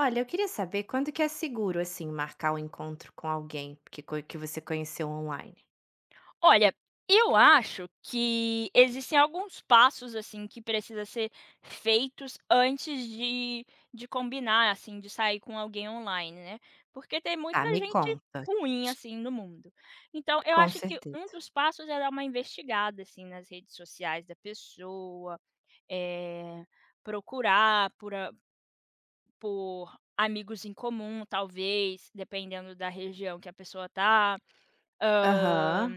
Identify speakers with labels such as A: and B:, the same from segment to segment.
A: Olha, eu queria saber quando que é seguro, assim, marcar um encontro com alguém que você conheceu online?
B: Olha, eu acho que existem alguns passos, assim, que precisa ser feitos antes de combinar, assim, de sair com alguém online, né, porque tem
A: Ah,
B: muita
A: me
B: gente
A: conta,
B: ruim, assim, no mundo. Então eu
A: com
B: acho que um
A: certeza.
B: dos passos é dar uma investigada, assim, nas redes sociais da pessoa, eh, procurar por amigos em comum, talvez, dependendo da região que a pessoa tá.
A: Aham,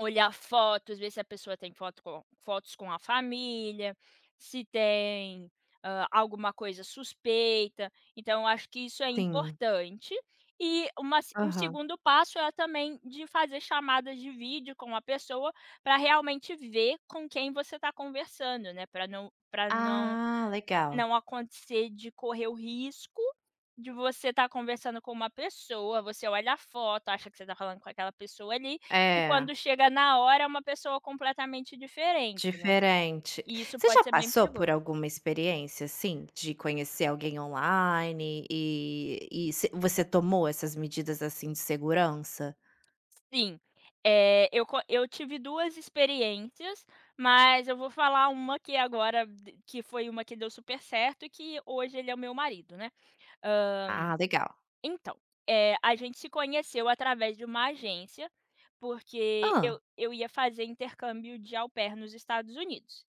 B: Olhar fotos, ver se a pessoa tem fotos com a família, se tem, alguma coisa suspeita. Então eu acho que isso é
A: sim.
B: importante. E uma se um
A: Aham.
B: segundo passo é também de fazer chamadas de vídeo com a pessoa, para realmente ver com quem você está conversando, né, para não para não
A: Ah, legal.
B: não acontecer de correr o risco de você estar conversando com uma pessoa, você olha a foto, acha que você está falando com aquela pessoa ali, e
A: É,
B: quando chega na hora é uma pessoa completamente diferente, né.
A: diferente.
B: E isso
A: Você
B: pode
A: já
B: ser bem
A: passou
B: perigoso.
A: por alguma experiência, assim, de conhecer alguém online e se você tomou essas medidas, assim, de segurança?
B: Sim, eu tive 2 experiências, mas eu vou falar uma que agora d que foi uma que deu super certo e que hoje ele é o meu marido, né. Hã
A: Ah, legal.
B: Então, a gente se conheceu através de uma agência, porque eu
A: Ah,
B: eu ia fazer intercâmbio de au pair nos Estados Unidos.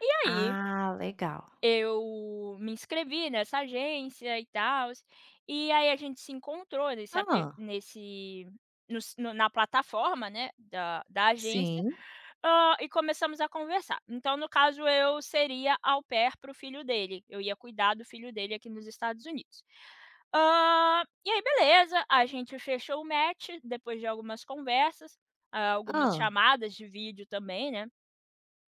B: E aí
A: Ah, legal.
B: eu me inscrevi nessa agência e tal e aí a gente se encontrou nesse apli
A: Ah.
B: nesse no si no na plataforma, né, da agência,
A: Sim.
B: e começamos a conversar. Então, no caso, eu seria au pair para o filho dele, eu ia cuidar do filho dele aqui nos Estados Unidos. E aí beleza, a gente fechou o match depois de algumas conversas, algumas
A: Ah.
B: chamadas de vídeo também, né,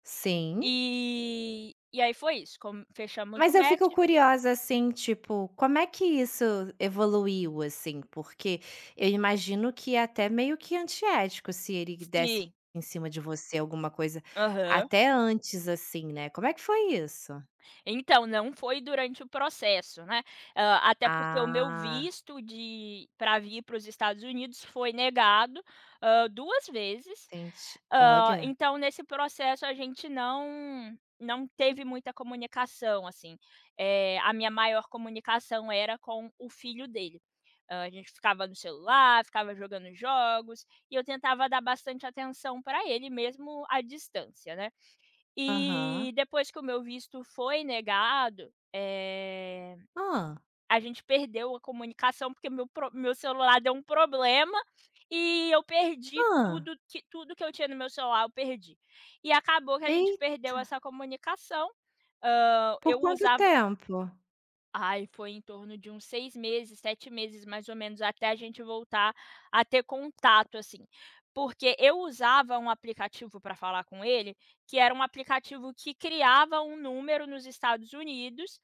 A: Sim.
B: e aí foi isso, com fechamos o
A: Mas eu
B: match.
A: fico curiosa, assim, tipo, como é que isso evoluiu, assim? Porque eu imagino que é até meio que antiético se ele desse
B: Sim.
A: em cima de você alguma coisa,
B: Aham.
A: até antes, assim, né. Como é que foi isso?
B: Então, não foi durante o processo, né. Até porque o meu
A: Ah,
B: visto de para vir para os Estados Unidos foi negado, 2 vezes.
A: entendi. Olha.
B: Então nesse processo a gente não teve muita comunicação, assim. A minha maior comunicação era com o filho dele. A gente ficava no celular, ficava jogando jogos, e eu tentava dar bastante atenção para ele mesmo à distância, né.
A: Aham.
B: E depois que o meu visto foi negado,
A: ah,
B: a gente perdeu a comunicação, porque meu pro meu celular deu um problema, e eu perdi
A: ah,
B: tudo que eu tinha no meu celular, eu perdi. E acabou que a gente
A: e
B: perdeu essa comunicação, hã,
A: por
B: eu
A: quanto
B: usava
A: tempo?
B: Ai, foi em torno de uns 6 meses, 7 meses mais ou menos, até a gente voltar a ter contato, assim. Porque eu usava um aplicativo para falar com ele, que era um aplicativo que criava um número nos Estados Unidos,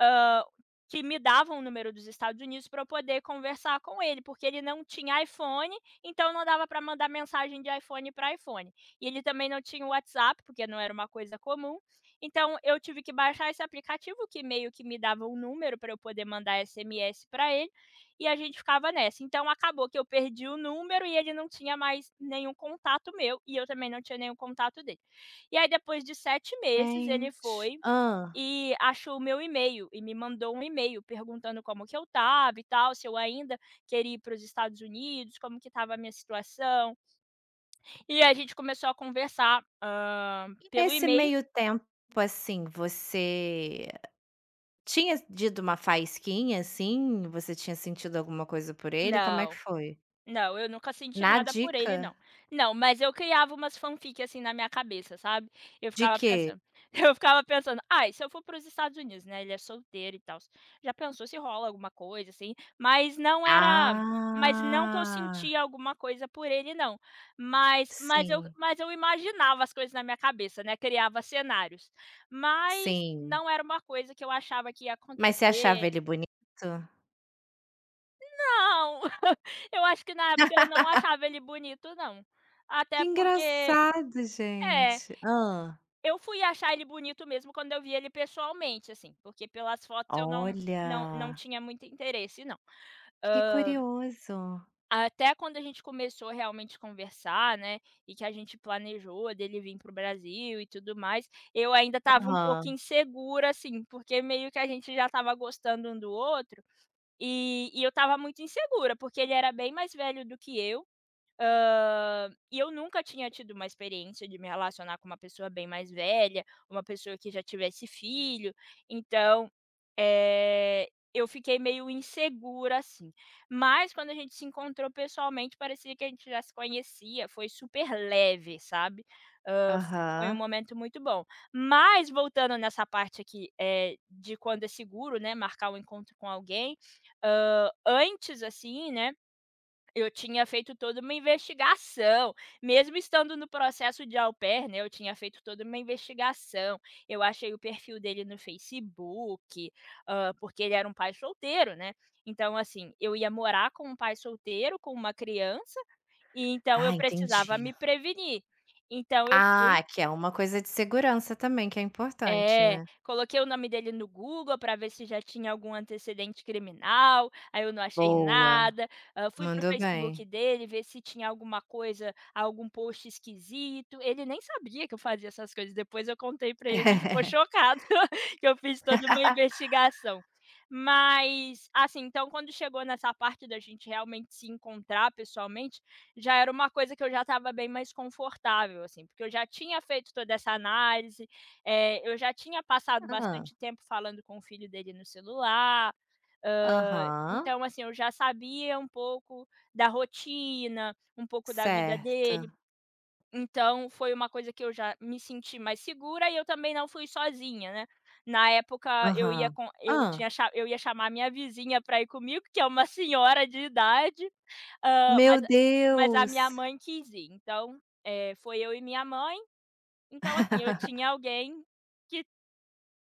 B: hã, que me davam o número dos Estados Unidos para eu poder conversar com ele, porque ele não tinha iPhone, então não dava para mandar mensagem de iPhone para iPhone. E ele também não tinha o WhatsApp, porque não era uma coisa comum, então eu tive que baixar esse aplicativo que meio que me dava um número para eu poder mandar SMS para ele, e a gente ficava nessa. Então acabou que eu perdi o número e ele não tinha mais nenhum contato meu, e eu também não tinha nenhum contato dele. E aí depois de 7 meses ele
A: Gente.
B: foi
A: Ah.
B: e achou o meu e-mail e me mandou um e-mail perguntando como que eu tava e tal, se eu ainda queria ir para os Estados Unidos, como que estava a minha situação. E a gente começou a conversar,
A: E
B: pelo
A: nesse
B: e-mail.
A: meio tempo, assim, você Tinha tido uma faísquinha, assim? Você tinha sentido alguma coisa por ele? Como é que
B: Não.
A: foi?
B: Não, eu nunca senti
A: Na
B: nada por ele
A: dica?
B: não. Não, mas eu criava umas fanfic, assim, na minha cabeça, sabe. Eu
A: De
B: ficava
A: quê?
B: pensando eu ficava pensando: "Ai, se eu for para os Estados Unidos, né, ele é solteiro e tal. Já pensou se rola alguma coisa, assim?". Mas não que eu
A: Ah,
B: sentia alguma coisa por ele não, mas mas eu
A: sim,
B: mas eu imaginava as coisas na minha cabeça, né, criava cenários. Mas
A: sim.
B: não era uma coisa que eu achava que ia
A: Mas você
B: acontecer
A: achava ele bonito?
B: não, eu acho que na época eu não achava ele bonito não.
A: Que
B: Até porque
A: engraçado,
B: é,
A: gente. Hã.
B: eu fui achar ele bonito mesmo quando eu vi ele pessoalmente, assim, porque pelas fotos eu não
A: Olha,
B: tinha muito interesse não.
A: que
B: Hã,
A: curioso.
B: Até quando a gente começou realmente a conversar, né, e que a gente planejou dele vir pro Brasil e tudo mais, eu ainda estava um pouco
A: Aham,
B: insegura, assim, porque meio que a gente já estava gostando um do outro, e eu estava muito insegura, porque ele era bem mais velho do que eu. E eu nunca tinha tido uma experiência de me relacionar com uma pessoa bem mais velha, uma pessoa que já tivesse filho, então, eu fiquei meio insegura, assim. Mas quando a gente se encontrou pessoalmente, parecia que a gente já se conhecia, foi super leve, sabe. Hã, Foi um
A: aham.
B: momento muito bom. Mas voltando nessa parte aqui, de quando é seguro, né, marcar um encontro com alguém, antes assim, né, eu tinha feito toda uma investigação, mesmo estando no processo de au pair, né, eu tinha feito toda uma investigação. Eu achei o perfil dele no Facebook, porque ele era um pai solteiro, né. Então, assim, eu ia morar com um pai solteiro, com uma criança, e então eu
A: Ah,
B: precisava
A: entendi.
B: me prevenir. Então eu fui
A: Ah, que é uma coisa de segurança também que é importante,
B: é,
A: né.
B: coloquei o nome dele no Google para ver se já tinha algum antecedente criminal, aí eu não achei
A: Boa,
B: nada, fui para o
A: mandou
B: Facebook
A: bem.
B: dele ver se tinha alguma coisa, algum post esquisito, ele nem sabia que eu fazia essas coisas, depois eu contei para ele, ele ficou chocado que eu fiz toda uma investigação. Mas, assim, então quando chegou nessa parte da gente realmente se encontrar pessoalmente, já era uma coisa que eu já estava bem mais confortável, assim, porque eu já tinha feito toda essa análise, eu já tinha passado
A: Hã.
B: bastante tempo falando com o filho dele no celular,
A: Aham,
B: então, assim, eu já sabia um pouco da rotina, um pouco da vida dele,
A: certo.
B: então foi uma coisa que eu já me senti mais segura e eu também não fui sozinha, né. Na época eu ia
A: Aham.
B: com eu
A: Hã.
B: tinha cha eu ia chamar a minha vizinha pra ir comigo, que é uma senhora de idade, hã, mas
A: Meu
B: mas a minha
A: Deus!
B: mãe quis ir, então, foi eu e minha mãe, então, assim, eu tinha alguém que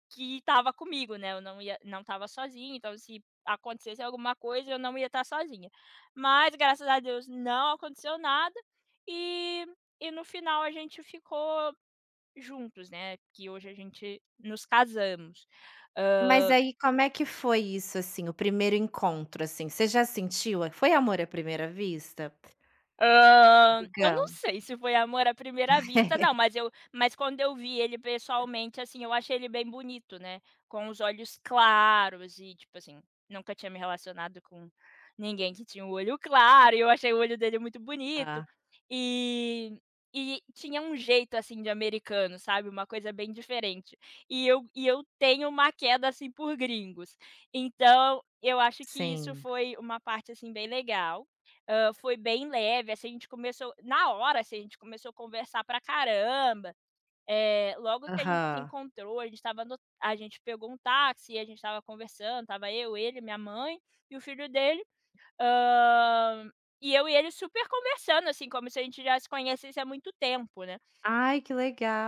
B: que estava comigo, né, eu não ia não estava sozinha, então se acontecesse alguma coisa eu não ia estar sozinha. Mas graças a Deus não aconteceu nada, e e no final a gente ficou juntos, né, que hoje a gente nos casamos.
A: Mas aí como é que foi isso, assim, o primeiro encontro, assim? Você já sentiu a foi amor à primeira vista?
B: Eu não
A: Digamos.
B: sei se foi amor à primeira vista não, mas quando eu vi ele pessoalmente, assim, eu achei ele bem bonito, né, com os olhos claros e, tipo assim, nunca tinha me relacionado com ninguém que tinha o olho claro, e eu achei o olho dele muito bonito.
A: Ah,
B: E e tinha um jeito, assim, de americano, sabe, uma coisa bem diferente. E eu tenho uma queda, assim, por gringos. Então, eu acho que isso
A: sim.
B: foi uma parte, assim, bem legal. Foi bem leve, assim, a gente começou na hora, assim, a gente começou a conversar pra caramba, logo que a gente se
A: Aham.
B: encontrou, a gente estava no a gente pegou um táxi e a gente estava conversando, tava eu, ele, minha mãe e o filho dele, hã, e eu e ele super conversando, assim, como se a gente já se conhecesse há muito tempo, né.
A: Ai, que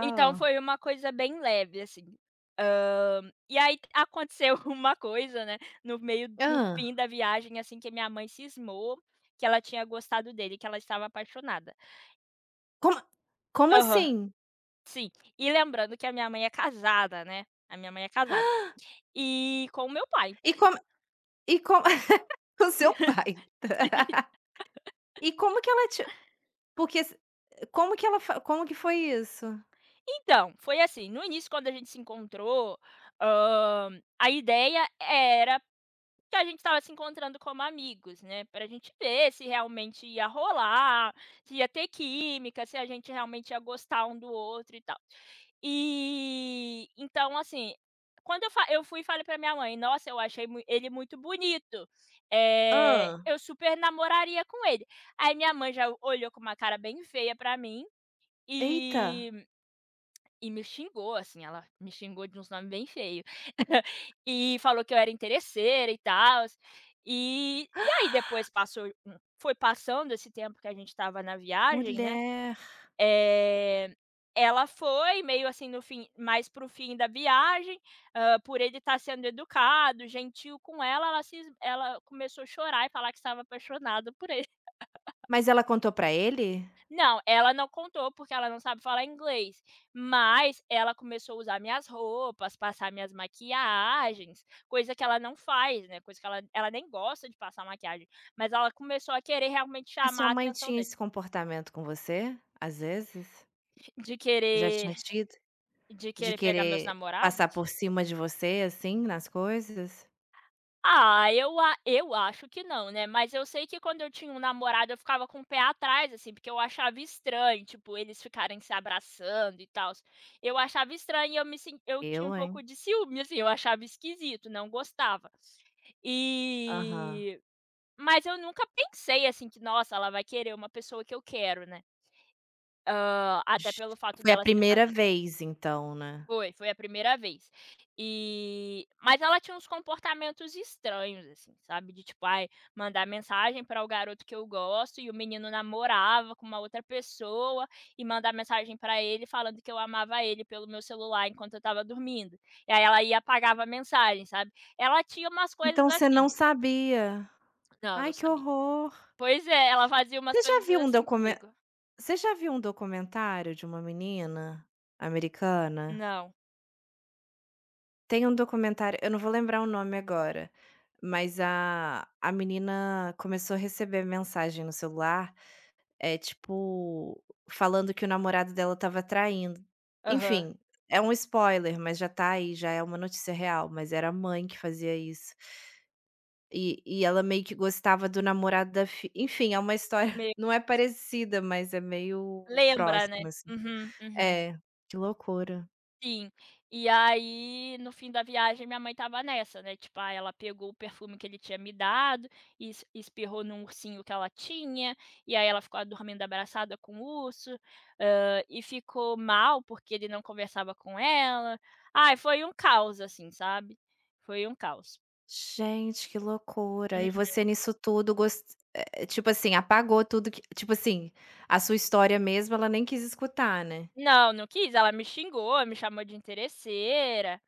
B: Então foi uma coisa bem leve, assim. Hã, e aí aconteceu uma coisa, né, no
A: Hã.
B: fim da viagem, assim, que minha mãe cismou que ela tinha gostado dele, que ela estava apaixonada.
A: Como como
B: Aham,
A: assim?
B: sim. E lembrando que a minha mãe é casada, né, a minha mãe é casada. E com o meu pai.
A: E como e como o seu pai. E como que ela te porque s Como que ela fa como que foi isso?
B: Então, foi assim, no início quando a gente se encontrou, hã, a ideia era que a gente estava se encontrando como amigos, né, pra gente ver se realmente ia rolar, se ia ter química, se a gente realmente ia gostar um do outro e tal. E, então assim, quando eu fui e falei pra minha mãe: "Nossa, eu achei mui ele muito bonito,
A: Hã.
B: eu super namoraria com ele". Aí minha mãe já olhou com uma cara bem feia pra mim,
A: Eita,
B: e e me xingou, assim, ela me xingou de uns nome bem feio. E falou que eu era interesseira e tal. E aí depois passou um foi passando esse tempo que a gente estava na viagem, né,
A: mulher.
B: eh, ela foi meio assim no fim mais pro fim da viagem, por ele estar sendo educado, gentil com ela, ela se es- ela começou a chorar e falar que estava apaixonada por ele.
A: Mas ela contou pra ele?
B: Não, ela não contou, porque ela não sabe falar inglês, mas ela começou a usar minhas roupas, passar minhas maquiagens, coisa que ela não faz, né, coisa que ela nem gosta de passar maquiagem, mas ela começou a querer realmente
A: A
B: chamar
A: sua
B: a
A: mãe
B: atenção
A: tinha
B: dele,
A: esse comportamento com você, às vezes?
B: de
A: Já
B: querer
A: tinha tido?
B: de
A: De
B: querer pegar meus
A: querer passar
B: namorados.
A: por cima de você, assim, nas coisas?
B: Ah, eu acho que não, né, mas eu sei que quando eu tinha um namorado eu ficava com o pé atrás, assim, porque eu achava estranho, tipo, eles ficarem se abraçando e tal. Eu achava estranho e eu me sen eu tinha um
A: Eu,
B: pouco
A: hein?
B: de ciúme, assim, eu achava esquisito, não gostava.
A: Aham.
B: E mas eu nunca pensei, assim, que: "Nossa, ela vai querer uma pessoa que eu quero", né,
A: J
B: até pelo fato
A: Foi a
B: dela ser
A: primeira
B: casada.
A: vez, então, né?
B: Foi a primeira vez. Mas ela tinha uns comportamentos estranhos, assim, sabe, de tipo, ai, mandar mensagem para o garoto que eu gosto e o menino namorava com uma outra pessoa e mandar mensagem para ele falando que eu amava ele pelo meu celular enquanto eu estava dormindo. E aí ela ia e apagava a mensagem, sabe. Ela tinha umas coisas
A: Então você
B: assim.
A: não sabia.
B: Não, não
A: Ai, que
B: sabia.
A: horror.
B: Pois é, ela fazia umas
A: Você já
B: coisas
A: viu um
B: assim
A: documen
B: comigo.
A: Você já viu um documentário de uma menina americana?
B: Não.
A: Tem um documentário, eu não vou lembrar o nome agora, mas a menina começou a receber mensagem no celular, é tipo, falando que o namorado dela estava traindo.
B: Aham.
A: Enfim, é um spoiler, mas já tá aí, já é uma notícia real, mas era a mãe que fazia isso. E ela meio que gostava do namorado da fi enfim, é uma história
B: Me
A: não é parecida, mas é meio
B: lembra, né.
A: próxima, assim.
B: Uhum, uhum.
A: É, que loucura.
B: Sim. E aí, no fim da viagem, minha mãe estava nessa, né, tipo, ah, ela pegou o perfume que ele tinha me dado e es espirrou num ursinho que ela tinha, e aí ela ficou dormindo abraçada com o urso, e ficou mal porque ele não conversava com ela. Ai, foi um caos, assim, sabe. Foi um caos.
A: Gente, que loucura.
B: Hum.
A: E você nisso tudo gos tipo assim, apagou tudo que tipo assim, a sua história mesmo ela nem quis escutar, né?
B: Não, não quis, ela me xingou, me chamou de interesseira.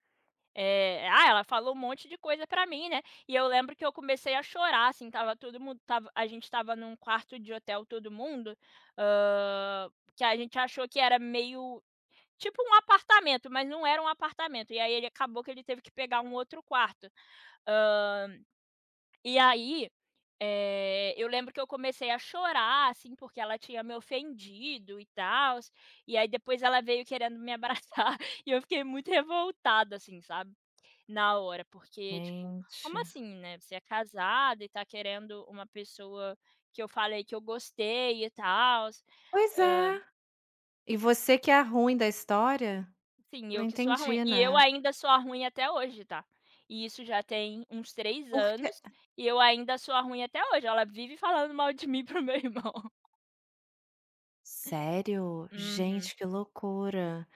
B: Ela falou um monte de coisa pra mim, né, e eu lembro que eu comecei a chorar, assim, tava todo mundo estava a gente estava num quarto de hotel todo mundo, hã, que a gente achou que era meio tipo um apartamento, mas não era um apartamento, e aí ele acabou que ele teve que pegar um outro quarto. Hã, e aí, eu lembro que eu comecei a chorar, assim, porque ela tinha me ofendido e tal. E aí depois ela veio querendo me abraçar e eu fiquei muito revoltada, assim, sabe. Na hora, porque, tipo, como
A: Gente.
B: assim, né, você é casada e tá querendo uma pessoa que eu falei que eu gostei e tal,
A: Pois
B: hã,
A: é. E você que é a ruim da história?
B: sim,
A: Não
B: eu que sou a ruim.
A: entendi,
B: E eu
A: né?
B: ainda sou a ruim até hoje, tá. E isso já tem uns 3
A: Porque
B: anos, e eu ainda sou a ruim até hoje, ela vive falando mal de mim pro meu irmão.
A: sério?
B: Uhum.
A: Gente, que loucura.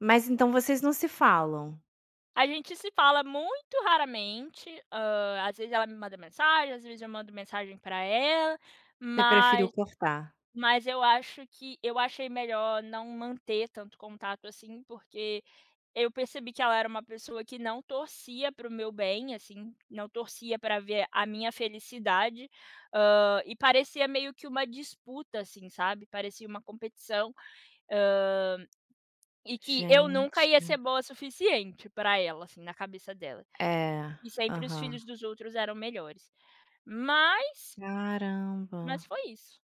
A: Mas então vocês não se falam?
B: A gente se fala muito raramente, às vezes ela me manda mensagem, às vezes eu mando mensagem pra ela,
A: Você preferiu
B: mas
A: cortar?
B: Mas eu acho que eu achei melhor não manter tanto contato assim, porque eu percebi que ela era uma pessoa que não torcia para o meu bem, assim, não torcia para ver a minha felicidade, e parecia meio que uma disputa, assim, sabe, parecia uma competição, e que eu nunca
A: Gente.
B: ia ser boa o suficiente para ela, assim, na cabeça dela,
A: É.
B: e sempre os
A: Aham.
B: filhos dos outros eram melhores. Mas
A: Caramba.
B: mas foi isso.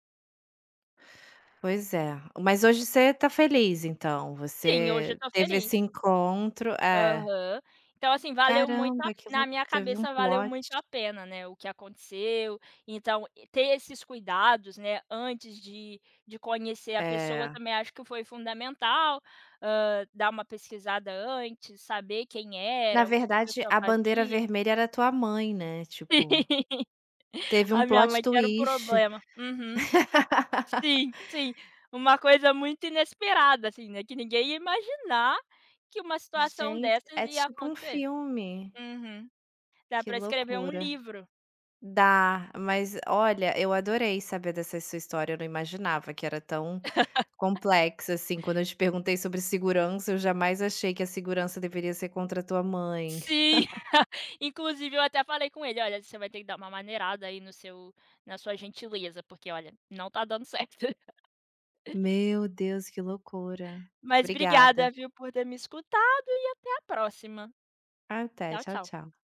A: Pois é. Mas hoje você tá feliz então,
B: Sim, hoje eu
A: você
B: estou
A: teve esse
B: feliz.
A: encontro é.
B: Aham. Então, assim, valeu muito a
A: Caramba, que
B: na
A: louco,
B: minha
A: teve um
B: cabeça valeu
A: plot.
B: muito a pena, né, o que aconteceu. Então, e ter esses cuidados, né, antes de conhecer a pessoa
A: É.
B: também acho que foi fundamental, dar uma pesquisada antes, saber quem
A: Na
B: era, o que que a
A: verdade,
B: pessoa
A: a bandeira
B: fazia.
A: vermelha era tua mãe, né, tipo,
B: Sim.
A: teve um
B: A minha
A: plot
B: mãe que era o
A: twist.
B: problema. Uhum. Sim, sim. Uma coisa muito inesperada, assim, né, que ninguém ia imaginar que uma situação
A: Gente,
B: dessas
A: é
B: ia
A: tipo um
B: acontecer.
A: filme,
B: Uhum. Dá
A: que
B: pra escrever um
A: loucura.
B: livro.
A: Dá, mas olha, eu adorei saber dessa sua história, eu não imaginava que era tão complexa, assim, quando eu te perguntei sobre segurança, eu jamais achei que a segurança deveria ser contra a tua mãe.
B: Sim, inclusive eu até falei com ele: "Olha, você vai ter que dar uma maneirada aí no seu na sua gentileza, porque olha, não tá dando certo".
A: Meu Deus, que loucura.
B: Mas obrigada,
A: Obrigada.
B: viu, por ter me escutado. Até a próxima.
A: Até,
B: Tchau,
A: tchau,
B: tchau.
A: tchau.